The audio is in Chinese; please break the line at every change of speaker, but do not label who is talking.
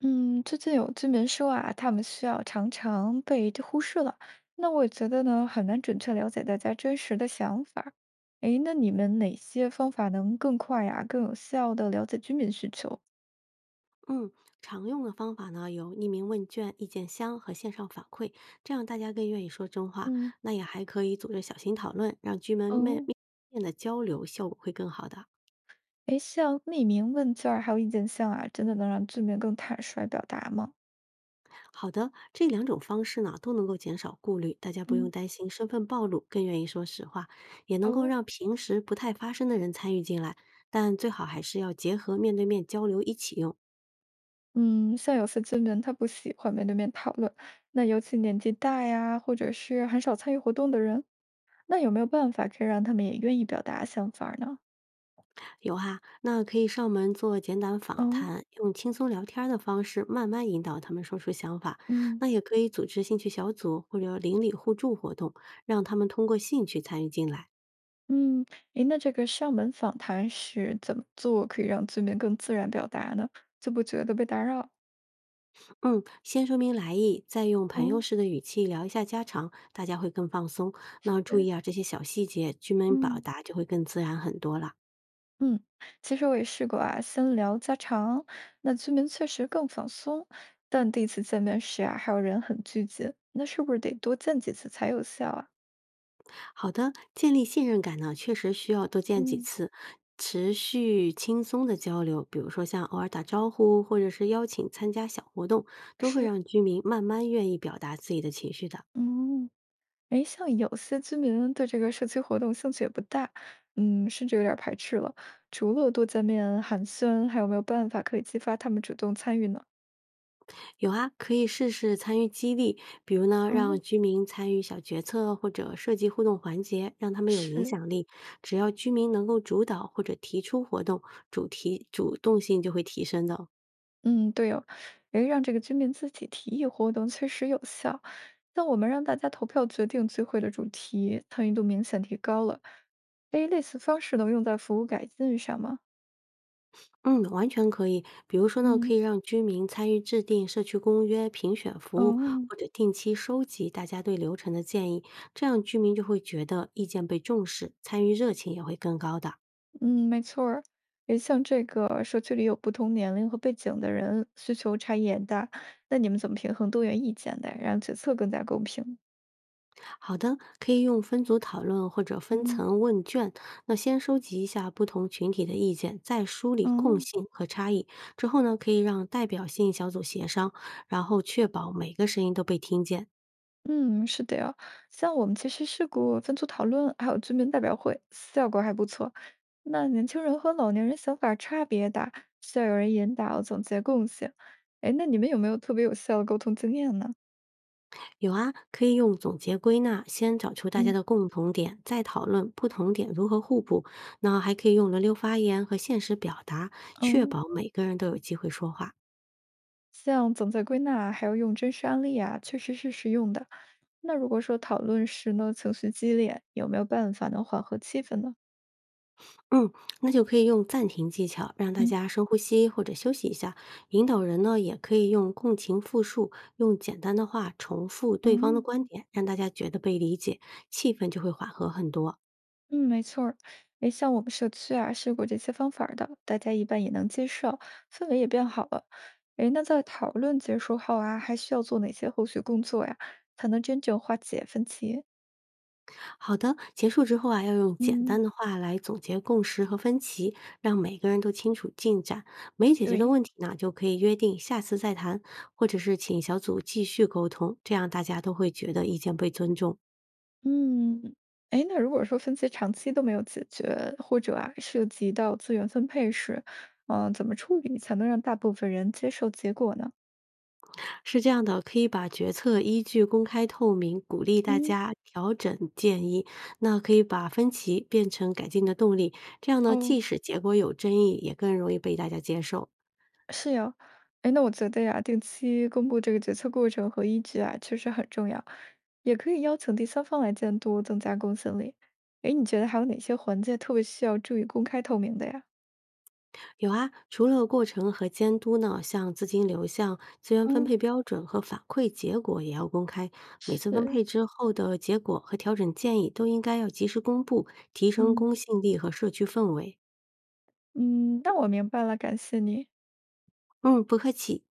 嗯，最近有居民说啊，他们需要常常被忽视了。那我觉得呢，很难准确了解大家真实的想法儿。诶，那你们哪些方法能更快呀、更有效的了解居民需求？
嗯，常用的方法呢有匿名问卷、意见箱和线上反馈，这样大家更愿意说真话。
嗯，
那也还可以组织小型讨论，让居民
哦，
面的交流效果会更好的。
诶，像匿名问卷儿还有意见箱啊，真的能让居民更坦率表达吗？
好的，这两种方式呢都能够减少顾虑，大家不用
嗯，
担心身份暴露，更愿意说实话，也能够
哦，
让平时不太发声的人参与进来。但最好还是要结合面对面交流一起用。
嗯，像有些居民他不喜欢面对面讨论，那尤其年纪大呀，或者是很少参与活动的人，那有没有办法可以让他们也愿意表达想法儿呢？
有哈，那可以上门做简短访
哦，
谈，用轻松聊天儿的方式慢慢引导他们说出想法。
嗯
那也可以组织兴趣小组或者邻里互助活动，让他们通过兴趣参与进来。
嗯，诶，那这个上门访谈是怎么做可以让居民更自然表达呢？就不觉得被打扰？
嗯，先说明来意，再用朋友
哦，
式的语气聊一下家常，大家会更放松。那注
对，
意啊，这些小细节，居民表
嗯
达就会更自然很多了。
嗯，其实我也试过啊，先聊家常，那居民确实更放松，但第一次见面时啊，还有人很拘谨，那是不是得多见几次才有效啊？
好的，建立信任感呢，确实需要多见几
嗯，
次，持续轻松的交流，比如说像偶尔打招呼，或者是邀请参加小活动，都会
是，
让居民慢慢愿意表达自己的情绪的。
嗯。诶，像有些居民对这个社区活动兴趣也不大，嗯，甚至有点儿排斥了。除了多见面寒暄，还有没有办法可以激发他们主动参与呢？
有啊，可以试试参与激励，比如呢，让
哦，
居民参与小决策或者设计互动环节，让他们有影
是，
响力。只要居民能够主导或者提出活动，主题主动性就会提升的哦。
嗯，对哦，诶，让这个居民自己提议活动确实有效。像我们让大家投票决定聚会的主题，参与度明显提高了。诶，类似方式能用在服务改进上吗？
嗯，完全可以。比如说呢，
嗯，
可以让居民参与制定社区公约、评选服务，
哦。
或者定期收集大家对流程的建议，这样居民就会觉得意见被重视，参与热情也会更高的。
嗯，没错儿。诶，像这个社区里有不同年龄和背景的人，需求差异也大，那你们怎么平衡多元意见的，让决策更加公平？
好的，可以用分组讨论或者分
嗯，
层问卷，那先收集一下不同群体的意见，再梳理共
哦，
性和差异。之后呢，可以让代表性小组协商，然后确保每个声音都被听见。
嗯，是的呀。像我们其实试过分组讨论，还有居民代表会，效果还不错。那年轻人和老年人想法差别大，需要有人引导总结共性。哎，那你们有没有特别有效的沟通经验呢？
有啊，可以用总结归纳，先找出大家
嗯，
的共同点，再讨论不同点如何互补。那还可以用轮流发言和限时表达，确
哦，
保每个人都有机会说话。
像总结归纳，还有用真实案例啊，确实是实用的。那如果说讨论时呢，情绪激烈，有没有办法能缓和气氛呢？
嗯，那就可以用暂停技巧，让大
嗯，
家深呼吸或者休息一下。引导人呢，也可以用共情复述，用简单的话重复对方的观
哦，
点，让大家觉得被理解，气氛就会缓和很多。
嗯，没错儿。诶，像我们社区啊，试过这些方法儿的，大家一般也能接受，氛围也变好了。诶，那在讨论结束后啊，还需要做哪些后续工作呀，才能真正化解分歧？
好的，结束之后啊，要用简
嗯
单的话来总结共识和分歧，让每个人都清楚进展。没解决的
对，
问题呢，就可以约定下次再谈，或者是请小组继续沟通，这样大家都会觉得意见被尊重。
嗯，诶，那如果说分歧长期都没有解决，或者啊，涉及到资源分配时，嗯、怎么处理才能让大部分人接受结果呢？
是这样的，可以把决策依据公开透明，鼓励大
嗯。
家调整建议。那可以把分歧变成改进的动力，这样呢，
哦，
即使结果有争议，也更容易被大家接受。
是呀，哎，那我觉得呀，定期公布这个决策过程和依据啊，确实很重要，也可以邀请第三方来监督，增加公信力。哎，你觉得还有哪些环节特别需要注意公开透明的呀？
有啊，除了过程和监督呢，像资金流向、资源分
嗯，
配标准和反馈结果也要公开。每次分
是，
配之后的结果和调整建议都应该要及时公布，提升
嗯
公信力和社区氛围。
嗯，那我明白了，感谢你。
嗯，不客气。